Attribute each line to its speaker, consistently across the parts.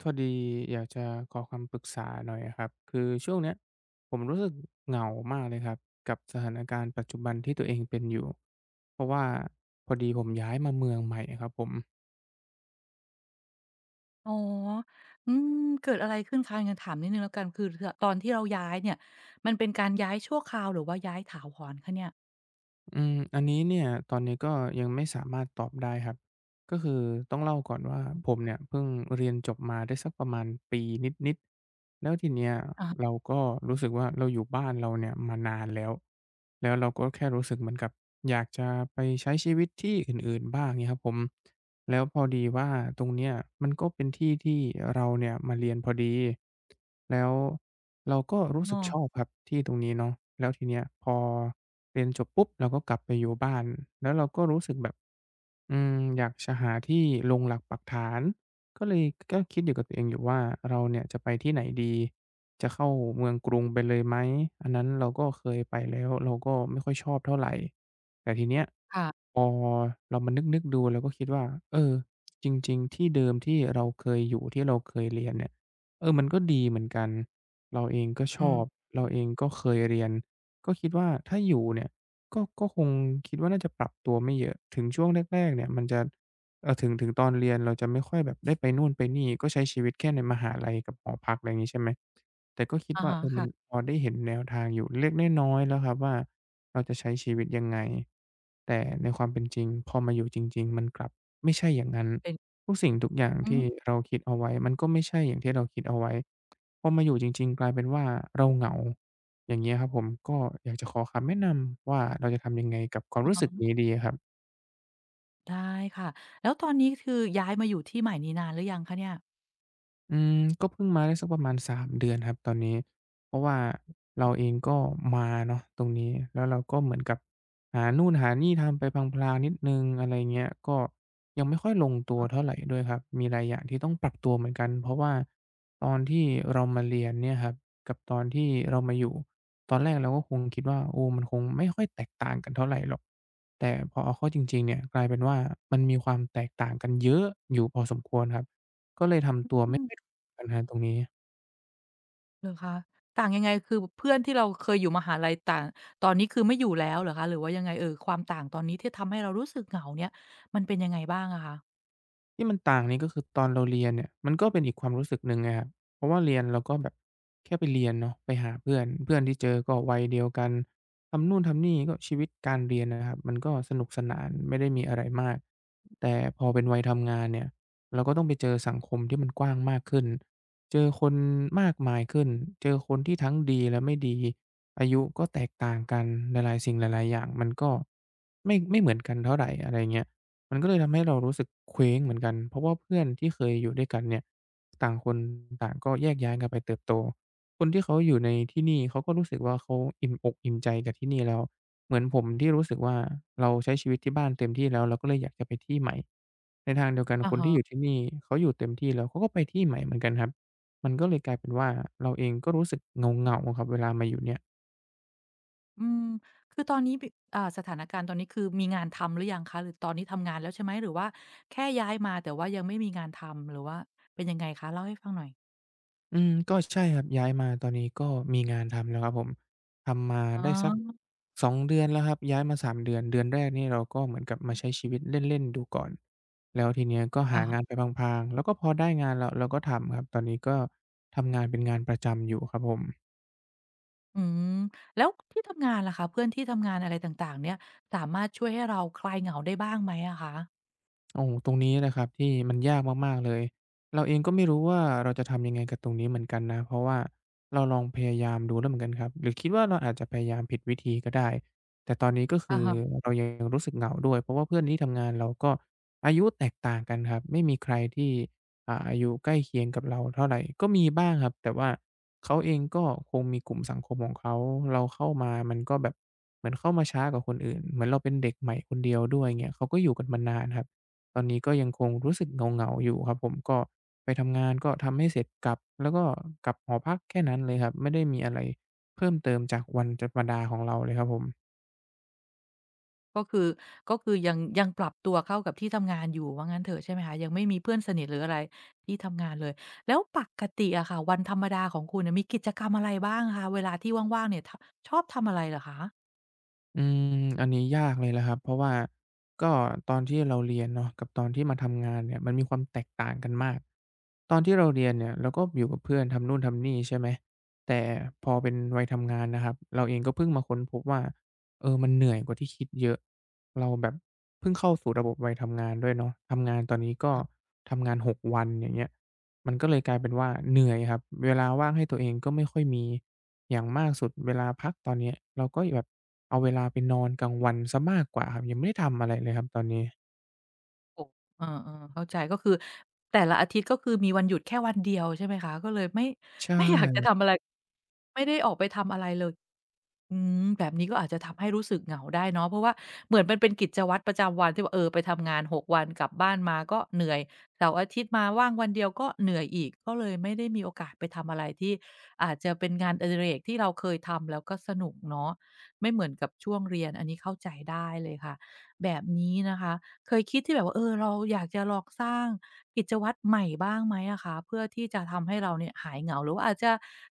Speaker 1: พอดีอยากจะขอคำปรึกษาหน่อยอะครับคือช่วงเนี้ยผมรู้สึกเหงามากเลยครับกับสถานการณ์ปัจจุบันที่ตัวเองเป็นอยู่เพราะว่าพอดีผมย้ายมาเมืองใหม่ครับผม
Speaker 2: อ๋ออืมเกิดอะไรขึ้นคะงั้นถามนิดหนึ่งแล้วกันคือถตอนที่เราย้ายเนี่ยมันเป็นการย้ายชั่วคราวหรือว่าย้ายถาวรคะเนี่ย
Speaker 1: อืมอันนี้เนี่ยตอนนี้ก็ยังไม่สามารถตอบได้ครับ ก็คือต้องเล่าก่อนว่า
Speaker 2: อื
Speaker 1: ผม
Speaker 2: ม
Speaker 1: เนี่ยเพิ่งเรียนจบมาได้สักประมาณปีนิดๆแล้วทีเนี้ยเรา
Speaker 2: อ
Speaker 1: ก็รู้สึกว่าเราอยู่บ้านเราเนี่ยมานานแล้ว แล้วเราก็แค่รู้สึกเหมือนกับอยากจะไปใช้ชีวิตที่อื่นๆบ้างเงี้ยครับผม แล้วพอดีว่าตรงเนี้ยมันก็เป็นที่ที่เราเนี่ยมาเรียนพอดีแล้วเราก็รู้สึกชอบ
Speaker 2: อ
Speaker 1: ครับที่ตรงนี้เนาะแล้วทีเนี้ยพอเรียนจบปุ๊บเราก็กลับไปอยู่บ้านแล้วเราก็รู้สึกแบบอืมอยากจะหาที่ลงหลักปักฐานก็เลยก็คิดอยู่กับตัวเองอยู่ว่าเราเนี่ยจะไปที่ไหนดีจะเข้าเมืองกรุงไปเลยไหมอันนั้นเราก็เคยไปแล้วเราก็ไม่ค่อยชอบเท่าไร แต่ทีเนี้ย
Speaker 2: ค่ะ
Speaker 1: พอเรามานึกๆดูเราก็คิดว่าเออจริงๆที่เดิมที่เราเคยอยู่ที่เราเคยเรียนเนี่ยเออมันก็ดีเหมือนกันเราเองก็ช
Speaker 2: อื
Speaker 1: อบ
Speaker 2: ม
Speaker 1: เราเองก็เคยเรียนก็คิดว่าถ้าอยู่เนี่ยก็คงคิดว่าน่าจะปรับตัวไม่เยอะถึงช่วงแรกๆเนี่ยมันจะถึงตอนเรียนเราจะไม่ค่อยแบบได้ไปนู่นไปนี่ก็ใช้ชีวิตแค่ในมหาลัยกับหอพักอะไรอย่างงี้ใช่ไหมแต่ก็คิด
Speaker 2: อะ
Speaker 1: ว่า
Speaker 2: ฮะ
Speaker 1: เออมัน
Speaker 2: ค่ะ
Speaker 1: พอได้เห็นแนวทางอยู่เล็กๆน้อยๆแล้วครับว่า เราจะใช้ชีวิตยังไงแต่ในความเป็นจริงพอมาอยู่จริงๆมันกลับไม่ใช่อย่างนั้น
Speaker 2: เป็น
Speaker 1: ทุกสิ่งทุกอย่าง
Speaker 2: อื
Speaker 1: ที่
Speaker 2: ม
Speaker 1: เราคิดเอาไว้มันก็ไม่ใช่อย่างที่เราคิดเอาไว้พอมาอยู่จริงๆกลายเป็นว่าเราเหงาอย่างเงี้ยครับผมก็อยากจะขอคำแนะนำว่าเราจะทำยังไงกับความ
Speaker 2: อะ
Speaker 1: รู้สึก
Speaker 2: ฮะ
Speaker 1: นี้ดีอะครับ
Speaker 2: ได้ค่ะแล้วตอนนี้คือย้ายมาอยู่ที่ใหม่นี้นานหรือยังคะเนี่ย
Speaker 1: อืมก็เพิ่งมาได้สักประมาณสามเดือนครับตอนนี้เพราะว่าเราเองก็มาเนาะตรงนี้แล้วเราก็เหมือนกับหานู่นหานี่ทำไปพลางๆนิดหนึ่งอะไรเงี้ยก็ยังไม่ค่อยลงตัว
Speaker 2: อ๋อ
Speaker 1: เท่าไรด้วยครับมีหลายอย่างที่ต้องปรับตัวเหมือนกันเพราะว่าตอนที่เรามาเรียนเนี่ยครับกับตอนที่เรามาอยู่ตอนแรกเราก็คงคิดว่าโอ้มันคงไม่ค่อยแตกต่างกันเท่าไรหรอกแต่พอเอาเข้าจริงๆเนี่ยกลายเป็นว่ามันมีความแตกต่างกันเยอะอยู่พอสมควรครับ ก็เลยทำตัวไม่ค่อยถูกกันครับตรงนี้
Speaker 2: เหรอคะต่างยังไงคือเพื่อนที่เราเคยอยู่มหาลัยต่างตอนนี้คือไม่อยู่แล้วเหรอคะหรือว่ายังไงเอ่ยความต่างตอนนี้ที่ทำให้เรารู้สึกเหงาเนี่ยมันเป็นยังไงบ้างอะคะ
Speaker 1: ที่มันต่างนี้ก็คือตอนเราเรียนเนี่ยมันก็เป็นอีกความรู้สึกหนึ่งไงครับเพราะว่าเรียนเราก็แบบแค่ไปเรียนเนาะไปหาเพื่อนเพื่อนที่เจอก็วัยเดียวกันทำนู่นทำนี่ก็ชีวิตการเรียนนะครับมันก็สนุกสนานไม่ได้มีอะไรมากแต่พอเป็นวัยทำงานเนี่ยเราก็ต้องไปเจอสังคมที่มันกว้างมากขึ้นเจอคนมากมายขึ้นเจอคนที่ทั้งดีและไม่ดีอายุก็แตกต่างกันหลายๆสิ่งหลายๆอย่างมันก็ไม่เหมือนกันเท่าไรอะไรเงี้ย มันก็เลยทำให้เรารู้สึกเคว้งเหมือนกันเพราะว่าเพื่อนที่เคยอยู่ด้วยกันเนี่ยต่างคนต่างก็แยกย้ายกันไปเติบโตคนที่เขาอยู่ในที่นี่เขาก็รู้สึกว่าเขาอิ่มอกอิ่มใจกับที่นี่แล้วเหมือนผมที่รู้สึกว่าเราใช้ชีวิตที่บ้านเต็มที่แล้วเราก็เลยอยากจะไปที่ใหม่ในทางเดียวกัน
Speaker 2: อะ
Speaker 1: คน
Speaker 2: ฮะ
Speaker 1: ที่อยู่ที่นี่เขาอยู่เต็มที่แล้วเขาก็ไปที่ใหม่เหมือนกันครับมันก็เลยกลายเป็นว่าเราเองก็รู้สึกเงาๆครับเวลามาอยู่เนี่ย
Speaker 2: อืมคือตอนนี้บิอ่าสถานการณ์ตอนนี้คือมีงานทำหรือยังคะหรือตอนนี้ทำงานแล้วใช่ไหมหรือว่าแค่ย้ายมาแต่ว่ายังไม่มีงานทำหรือว่าเป็นยังไงคะเล่าให้ฟังหน่อย
Speaker 1: อืมก็ใช่ครับย้ายมาตอนนี้ก็มีงานทำแล้วครับผมทำมา
Speaker 2: อ๋
Speaker 1: ได้สัก
Speaker 2: อ
Speaker 1: 2เดือนแล้วครับย้ายมาสามเดือนเดือนแรกนี่เราก็เหมือนกับมาใช้ชีวิตเล่นๆดูก่อนแล้วทีเนี้ยก็
Speaker 2: อะ
Speaker 1: หา
Speaker 2: ฮะ
Speaker 1: งานไปพลางๆแล้วก็พอได้งานแล้วเราก็ทำครับตอนนี้ก็ทำงานเป็นงานประจำอยู่ครับผม
Speaker 2: อืมแล้วที่ทำงานล่ะคะเพื่อนที่ทำงานอะไรต่างๆเนี่ยสามารถช่วยให้เราคลายเหงาได้บ้างไหมอะคะ
Speaker 1: โอ้โฮตรงนี้แหละครับที่มันยากมากๆเลยเราเองก็ไม่รู้ว่าเราจะทำยังไงกับตรงนี้เหมือนกันนะเพราะว่าเราลองพยายามดูแล้วเหมือนกันครับหรือคิดว่าเราอาจจะพยายามผิดวิธีก็ได้แต่ตอนนี้ก็คื
Speaker 2: อะ
Speaker 1: อ
Speaker 2: ฮะ
Speaker 1: เรายังรู้สึกเหงาด้วยเพราะว่าเพื่อนที่ทำงานเราก็อายุแตกต่างกันครับไม่มีใครที่อายุใกล้เคียงกับเราเท่าไรก็มีบ้างครับแต่ว่าเขาเองก็คงมีกลุ่มสังคมของเขาเราเข้ามามันก็แบบเหมือนเข้ามาช้ากว่าคนอื่นเหมือนเราเป็นเด็กใหม่คนเดียวด้วยเงี้ยเขาก็อยู่กันมานานครับ ตอนนี้ก็ยังคงรู้สึกเหงาๆอยู่ครับผมก็ไปทำงานก็ทำให้เสร็จกลับแล้วก็กลับหอพักแค่นั้นเลยครับไม่ได้มีอะไรเพิ่มเติมจากวันธรรมดาของเราเลยครับผม
Speaker 2: ก็คือก็คือยังยังปรับตัวเข้ากับที่ทำงานอยู่ว่างั้นเถอะใช่ไหมคะยังไม่มีเพื่อนสนิทหรืออะไรที่ทำงานเลยแล้วปกติอะค่ะวันธรรมดาของคุณน่ะมีกิจกรรมอะไรบ้างคะเวลาที่ว่างๆเนี่ยทชอบทำอะไรเหรอคะ
Speaker 1: อืมอันนี้ยากเลยแหละครับเพราะว่าก็ตอนที่เราเรียนเนาะกับตอนที่มาทำงานเนี่ยมันมีความแตกต่างกันมากตอนที่เราเรียนเนี่ยเราก็อยู่กับเพื่อนทำนู่นทำนี่ใช่ไหมแต่พอเป็นวัยทำงานนะครับเราเองก็เพิ่งมาค้นพบว่าเออมันเหนื่อยกว่าที่คิดเยอะเราแบบเพิ่งเข้าสู่ระบบวัยทำงานด้วยเนาะทำงานตอนนี้ก็ทำงานหกวันอย่างเงี้ยมันก็เลยกลายเป็นว่าเหนื่อยครับเวลาว่างให้ตัวเองก็ไม่ค่อยมี อย่างมากสุดเวลาพักตอนเนี้ยเราก็แบบเอาเวลาไปนอนกลางวันเสียมากกว่าครับยังไม่ได้ทำอะไรเลยครับตอนนี้
Speaker 2: โอ้เออๆเข้าใจก็คือแต่ละอาทิตย์ก็คือมีวันหยุดแค่วันเดียวใช่ไหมคะก็เลยไม่
Speaker 1: ใช
Speaker 2: ไม่อยากจะ
Speaker 1: ่
Speaker 2: ทำอะไร ไม่ได้ออกไปทำอะไรเลยอืมแบบนี้ก็อาจจะทำให้รู้สึกเหงาได้เนาะเพราะว่าเหมือนมันเป็นกิจวัตรประจำวันที่ว่าเออไปทำงานหกวันกลับบ้านมาก็เหนื่อยเสาร์อาทิตย์มาว่างวันเดียวก็เหนื่อยอีกก็เลยไม่ได้มีโอกาสไปทำอะไรที่อาจจะเป็นงานอดิเรกที่เราเคยทำแล้วก็สนุกเนาะไม่เหมือนกับช่วงเรียนอันนี้เข้าใจได้เลยค่ะแบบนี้นะคะ เคยคิดที่แบบว่าเออเราอยากจะลองสร้างกิจวัตรใหม่บ้างไหมอะคะเพื่อที่จะทำให้เราเนี่ยหายเหงาหรือว่าอาจจะ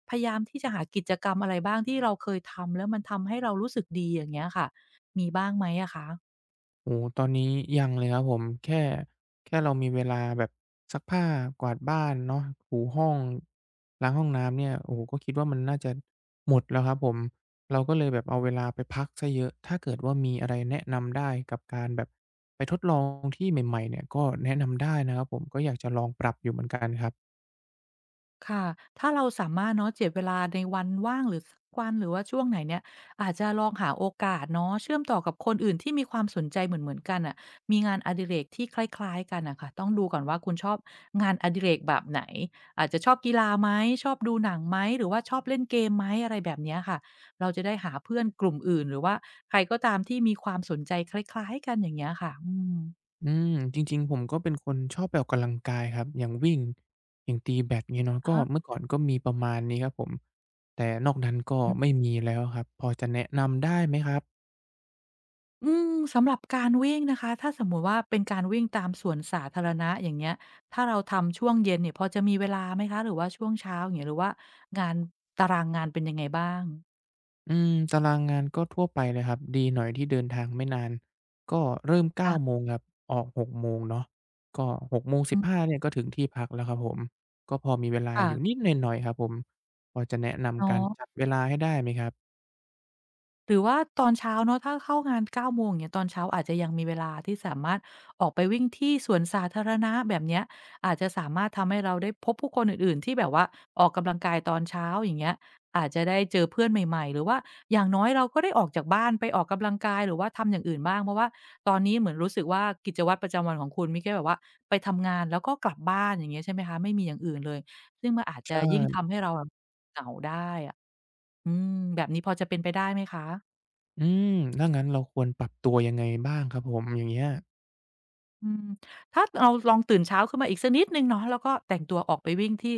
Speaker 2: พยายามที่จะหากิจกรรมอะไรบ้างที่เราเคยทำแล้วมันทำให้เรารู้สึกดีอย่างเงี้ยค่ะมีบ้างไหมอะคะ
Speaker 1: โอ้โฮตอนนี้ยังเลยครับผมแค่แค่เรามีเวลาแบบซักผ้ากวาดบ้านเนาะถูห้องล้างห้องน้ำเนี่ยโอ้โฮก็คิดว่ามันน่าจะหมดแล้วครับผมเราก็เลยแบบเอาเวลาไปพักเสียเยอะถ้าเกิดว่ามีอะไรแนะนำได้กับการแบบไปทดลองที่ใหม่ๆเนี่ยก็แนะนำได้นะครับผมก็อยากจะลองปรับอยู่เหมือนกันครับ
Speaker 2: ค่ะ ถ้าเราสามารถเนาะเจียดเวลาในวันว่างหรือสักวันหรือว่าช่วงไหนเนี่ยอาจจะลองหาโอกาสเนาะเชื่อมต่อกับคนอื่นที่มีความสนใจเหมือนๆกันน่ะมีงานอดิเรกที่คล้ายๆกันน่ะค่ะต้องดูก่อนว่าคุณชอบงานอดิเรกแบบไหนอาจจะชอบกีฬาไหมชอบดูหนังไหมหรือว่าชอบเล่นเกมไหมอะไรแบบเนี้ยค่ะเราจะได้หาเพื่อนกลุ่มอื่นหรือว่าใครก็ตามที่มีความสนใจคล้ายๆกันอย่างเงี้ยค่ะอืม
Speaker 1: อืมจริงๆผมก็เป็นคนชอบไปออกกำลังกายครับอย่างวิ่งอย่างตีแบดเงี้ยเนาะ
Speaker 2: อะ
Speaker 1: ก็
Speaker 2: ฮะ
Speaker 1: เมื่อก่อนก็มีประมาณนี้ครับผมแต่นอกนั้นก็ไม่มีแล้วครับพอจะแนะนำได้ไหมครับ
Speaker 2: อืมสำหรับการวิ่งนะคะถ้าสมมุติว่าเป็นการวิ่งตามสวนสาธารณะอย่างเงี้ยถ้าเราทำช่วงเย็นเนี่ยพอจะมีเวลาไหมคะหรือว่าช่วงเช้าอย่างเงี้ยหรือว่างานตารางงานเป็นยังไงบ้าง
Speaker 1: อืมตารางงานก็ทั่วไปเลยครับดีหน่อยที่เดินทางไม่นานก็เริ่มเก้า
Speaker 2: ค่ะ
Speaker 1: โมงครับออกหกโมงเนาะก็ห
Speaker 2: อื
Speaker 1: 1 5
Speaker 2: ม
Speaker 1: เนี่ยก็ถึงที่พักแล้วครับผมก็พอมีเวลา
Speaker 2: ค่ะ
Speaker 1: อยู่นิดหน่อยๆครับผมพอจะแนะ
Speaker 2: อ๋อ
Speaker 1: นำการจัดเวลาให้ได้ไหมครับ
Speaker 2: หรือว่าตอนเช้าเนาะถ้าเข้างาน9โมงอย่างเงี้ยตอนเช้าอาจจะยังมีเวลาที่สามารถออกไปวิ่งที่สวนสาธารณะแบบเนี้ยอาจจะสามารถทำให้เราได้พบผู้คนอื่นๆที่แบบว่าออกกำลังกายตอนเช้าอย่างเงี้ยอาจจะได้เจอเพื่อนใหม่ๆหรือว่าอย่างน้อยเราก็ได้ออกจากบ้านไปออกกำลังกายหรือว่าทำอย่างอื่นบ้างเพราะว่าตอนนี้เหมือนรู้สึกว่ากิจวัตรประจำวันของคุณมีแค่แบบว่าไปทำงานแล้วก็กลับบ้านอย่างเงี้ยใช่ไหมคะไม่มีอย่างอื่นเลยซึ่งมันอาจ
Speaker 1: ใช
Speaker 2: จะยิ่ง
Speaker 1: ่
Speaker 2: ทำให้เราอะเหงาได้อะอืมแบบนี้พอจะเป็นไปได้ไหมคะ
Speaker 1: อืมถ้างั้นเราควรปรับตัวยังไงบ้างครับผมอย่างเงี้ย
Speaker 2: อืมถ้าเราลองตื่นเช้าขึ้นมาอีกสักนิดหนึ่งเนาะแล้วก็แต่งตัวออกไปวิ่งที่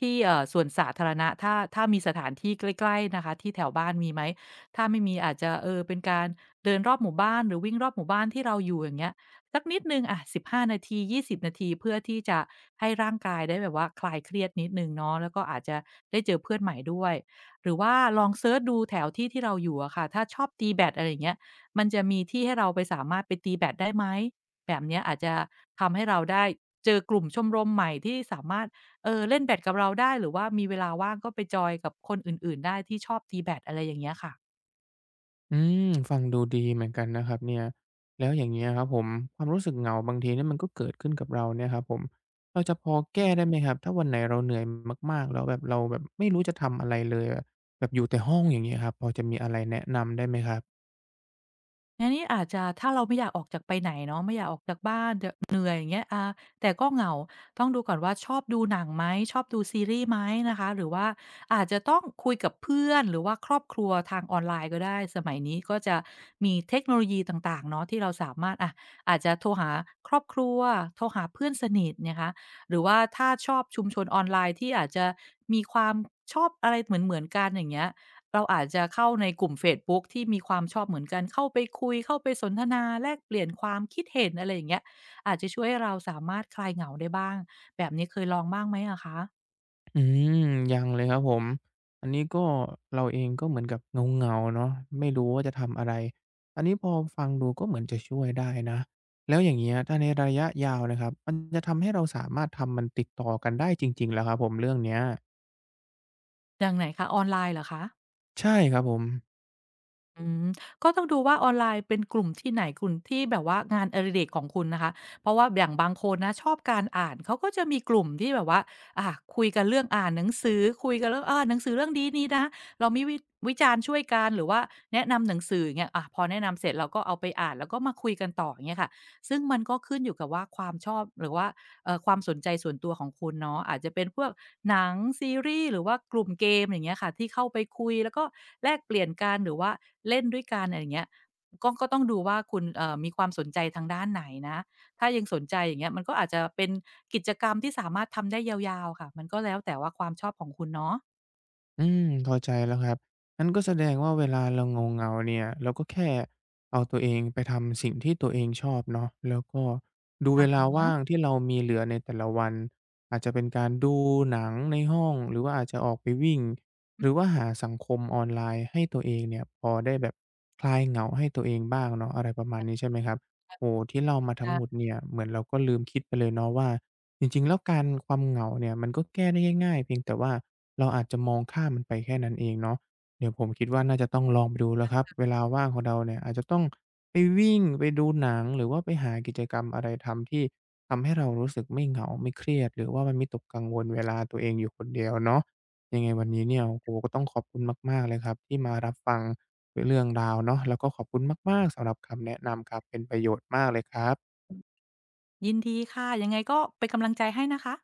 Speaker 2: ที่สวนสาธารณะถ้ามีสถานที่ใกล้ๆนะคะที่แถวบ้านมีไหมถ้าไม่มีอาจจะเป็นการเดินรอบหมู่บ้านหรือวิ่งรอบหมู่บ้านที่เราอยู่อย่างเงี้ยสักนิดหนึ่งอะ15นาที20นาทีเพื่อที่จะให้ร่างกายได้แบบว่าคลายเครียดนิดหนึ่งเนาะแล้วก็อาจจะได้เจอเพื่อนใหม่ด้วยหรือว่าลองเซิร์ชดูแถวที่เราอยู่อะค่ะถ้าชอบตีแบดอะไรอย่างเงี้ยมันจะมีที่ให้เราไปสามารถไปตีแบดได้ไหม แบบเนี้ยอาจจะทำให้เราได้เจอกลุ่มชมรมใหม่ที่สามารถเล่นแบดกับเราได้หรือว่ามีเวลาว่างก็ไปจอยกับคนอื่นๆได้ที่ชอบตีแบดอะไรอย่างเงี้ยค่ะ
Speaker 1: อืมฟังดูดีเหมือนกันนะครับเนี่ยแล้วอย่างเงี้ยครับผมความรู้สึกเหงาบางทีเนี่ยมันก็เกิดขึ้นกับเราเนี่ยครับผมเราจะพอแก้ได้ไหมครับถ้าวันไหนเราเหนื่อยมากๆแล้วแบบเราแบบไม่รู้จะทำอะไรเลยอะแบบอยู่แต่ห้องอย่างเงี้ยครับพอจะมีอะไรแนะนำได้ไหมครับ
Speaker 2: งั้นนี่อาจจะถ้าเราไม่อยากออกจากไปไหนเนาะไม่อยากออกจากบ้านจะเหนื่อยอย่างเงี้ยแต่ก็เหงาต้องดูก่อนว่าชอบดูหนังไหมชอบดูซีรีส์ไหมนะคะหรือว่าอาจจะต้องคุยกับเพื่อนหรือว่าครอบครัวทางออนไลน์ก็ได้สมัยนี้ก็จะมีเทคโนโลยีต่างๆเนาะที่เราสามารถอะอาจจะโทรหาครอบครัวโทรหาเพื่อนสนิทนะคะหรือว่าถ้าชอบชุมชนออนไลน์ที่อาจจะมีความชอบอะไรเหมือนๆกันอย่างเงี้ย เราอาจจะเข้าในกลุ่มเฟซบุ๊กที่มีความชอบเหมือนกัน เข้าไปคุย เข้าไปสนทนาแลกเปลี่ยนความคิดเห็นอะไรอย่างเงี้ยอาจจะช่วยให้เราสามารถคลายเหงาได้บ้าง แบบนี้เคยลองบ้างไหมอะคะ
Speaker 1: อืมยังเลยครับผม อันนี้ก็เราเองก็เหมือนกับเงาๆเนาะไม่รู้ว่าจะทำอะไร อันนี้พอฟังดูก็เหมือนจะช่วยได้นะ แล้วอย่างเงี้ยถ้าในระยะยาวนะครับมันจะทำให้เราสามารถทำมันติดต่อกันได้จริงๆเหรอครับผมเรื่องเนี้ย
Speaker 2: อย่างไหนคะออนไลน์เหรอคะ
Speaker 1: ใช่ครับผม
Speaker 2: อืมก็ต้องดูว่าออนไลน์เป็นกลุ่มที่ไหนกลุ่มที่แบบว่างานอดิเรกของคุณนะคะเพราะว่าอย่างบางคนนะชอบการอ่านเขาก็จะมีกลุ่มที่แบบว่าอ่าคุยกันเรื่องอ่านหนังสือคุยกันเรื่องหนังสือเรื่องนี้นี้นะเรามีวิจารณ์ช่วยกันหรือว่าแนะนำหนังสืออย่างเงี้ยพอแนะนำเสร็จเราก็เอาไปอ่านแล้วก็มาคุยกันต่ออย่างเงี้ยค่ะซึ่งมันก็ขึ้นอยู่กับว่าความชอบหรือว่า ความสนใจส่วนตัวของคุณเนาะอาจจะเป็นพวกหนังซีรีส์หรือว่ากลุ่มเกมอย่างเงี้ยค่ะที่เข้าไปคุยแล้วก็แลกเปลี่ยนกันหรือว่าเล่นด้วยกันอะไรอย่างเงี้ยก็ต้องดูว่าคุณมีความสนใจทางด้านไหนนะถ้ายังสนใจอย่างเงี้ยมันก็อาจจะเป็นกิจกรรมที่สามารถทำได้ยาวๆค่ะมันก็แล้วแต่ว่าความชอบของคุณเนาะ
Speaker 1: อืมเข้าใจแล้วครับงั้นก็แสดงว่าเวลาเราเหงาๆเนี่ยเราก็แค่เอาตัวเองไปทำสิ่งที่ตัวเองชอบเนาะแล้วก็ดู
Speaker 2: อะ
Speaker 1: เว
Speaker 2: ฮ
Speaker 1: ลา
Speaker 2: ะ
Speaker 1: ว่างที่เรามีเหลือในแต่ละวันอาจจะเป็นการดูหนังในห้องหรือว่าอาจจะออกไปวิ่งหรือว่าหาสังคมออนไลน์ให้ตัวเองเนี่ยพอได้แบบคลายเหงาให้ตัวเองบ้างเนาะอะไรประมาณนี้ใช่ไหมครับโอ้โฮที่เล่ามาทั้งหมด
Speaker 2: ค่ะ
Speaker 1: เนี่ยเหมือนเราก็ลืมคิดไปเลยเนาะว่า จริงๆแล้วการความเหงาเนี่ยมันก็แก้ได้ง่ายๆเพียงแต่ว่าเราอาจจะมองข้ามมันไปแค่นั้นเองเนาะเดี๋ยวผมคิดว่าน่าจะต้องลองไปดูแล้วครับเวลาว่างของเราเนี่ยอาจจะต้องไปวิ่งไปดูหนังหรือว่าไปหากิจกรรมอะไรทำที่ทำให้เรารู้สึกไม่เหงาไม่เครียดหรือว่ามันวิตกกังวลเวลาตัวเองอยู่คนเดียวเนาะยังไงวันนี้เนี่ยโอ้โฮก็ต้องขอบคุณมากๆเลยครับที่มารับฟังเรื่องราวเนาะแล้วก็ขอบคุณมากๆสำหรับคำแนะนำครับเป็นประโยชน์มากเลยครับ
Speaker 2: ยินดีค่ะยังไงก็เป็นกำลังใจให้นะคะ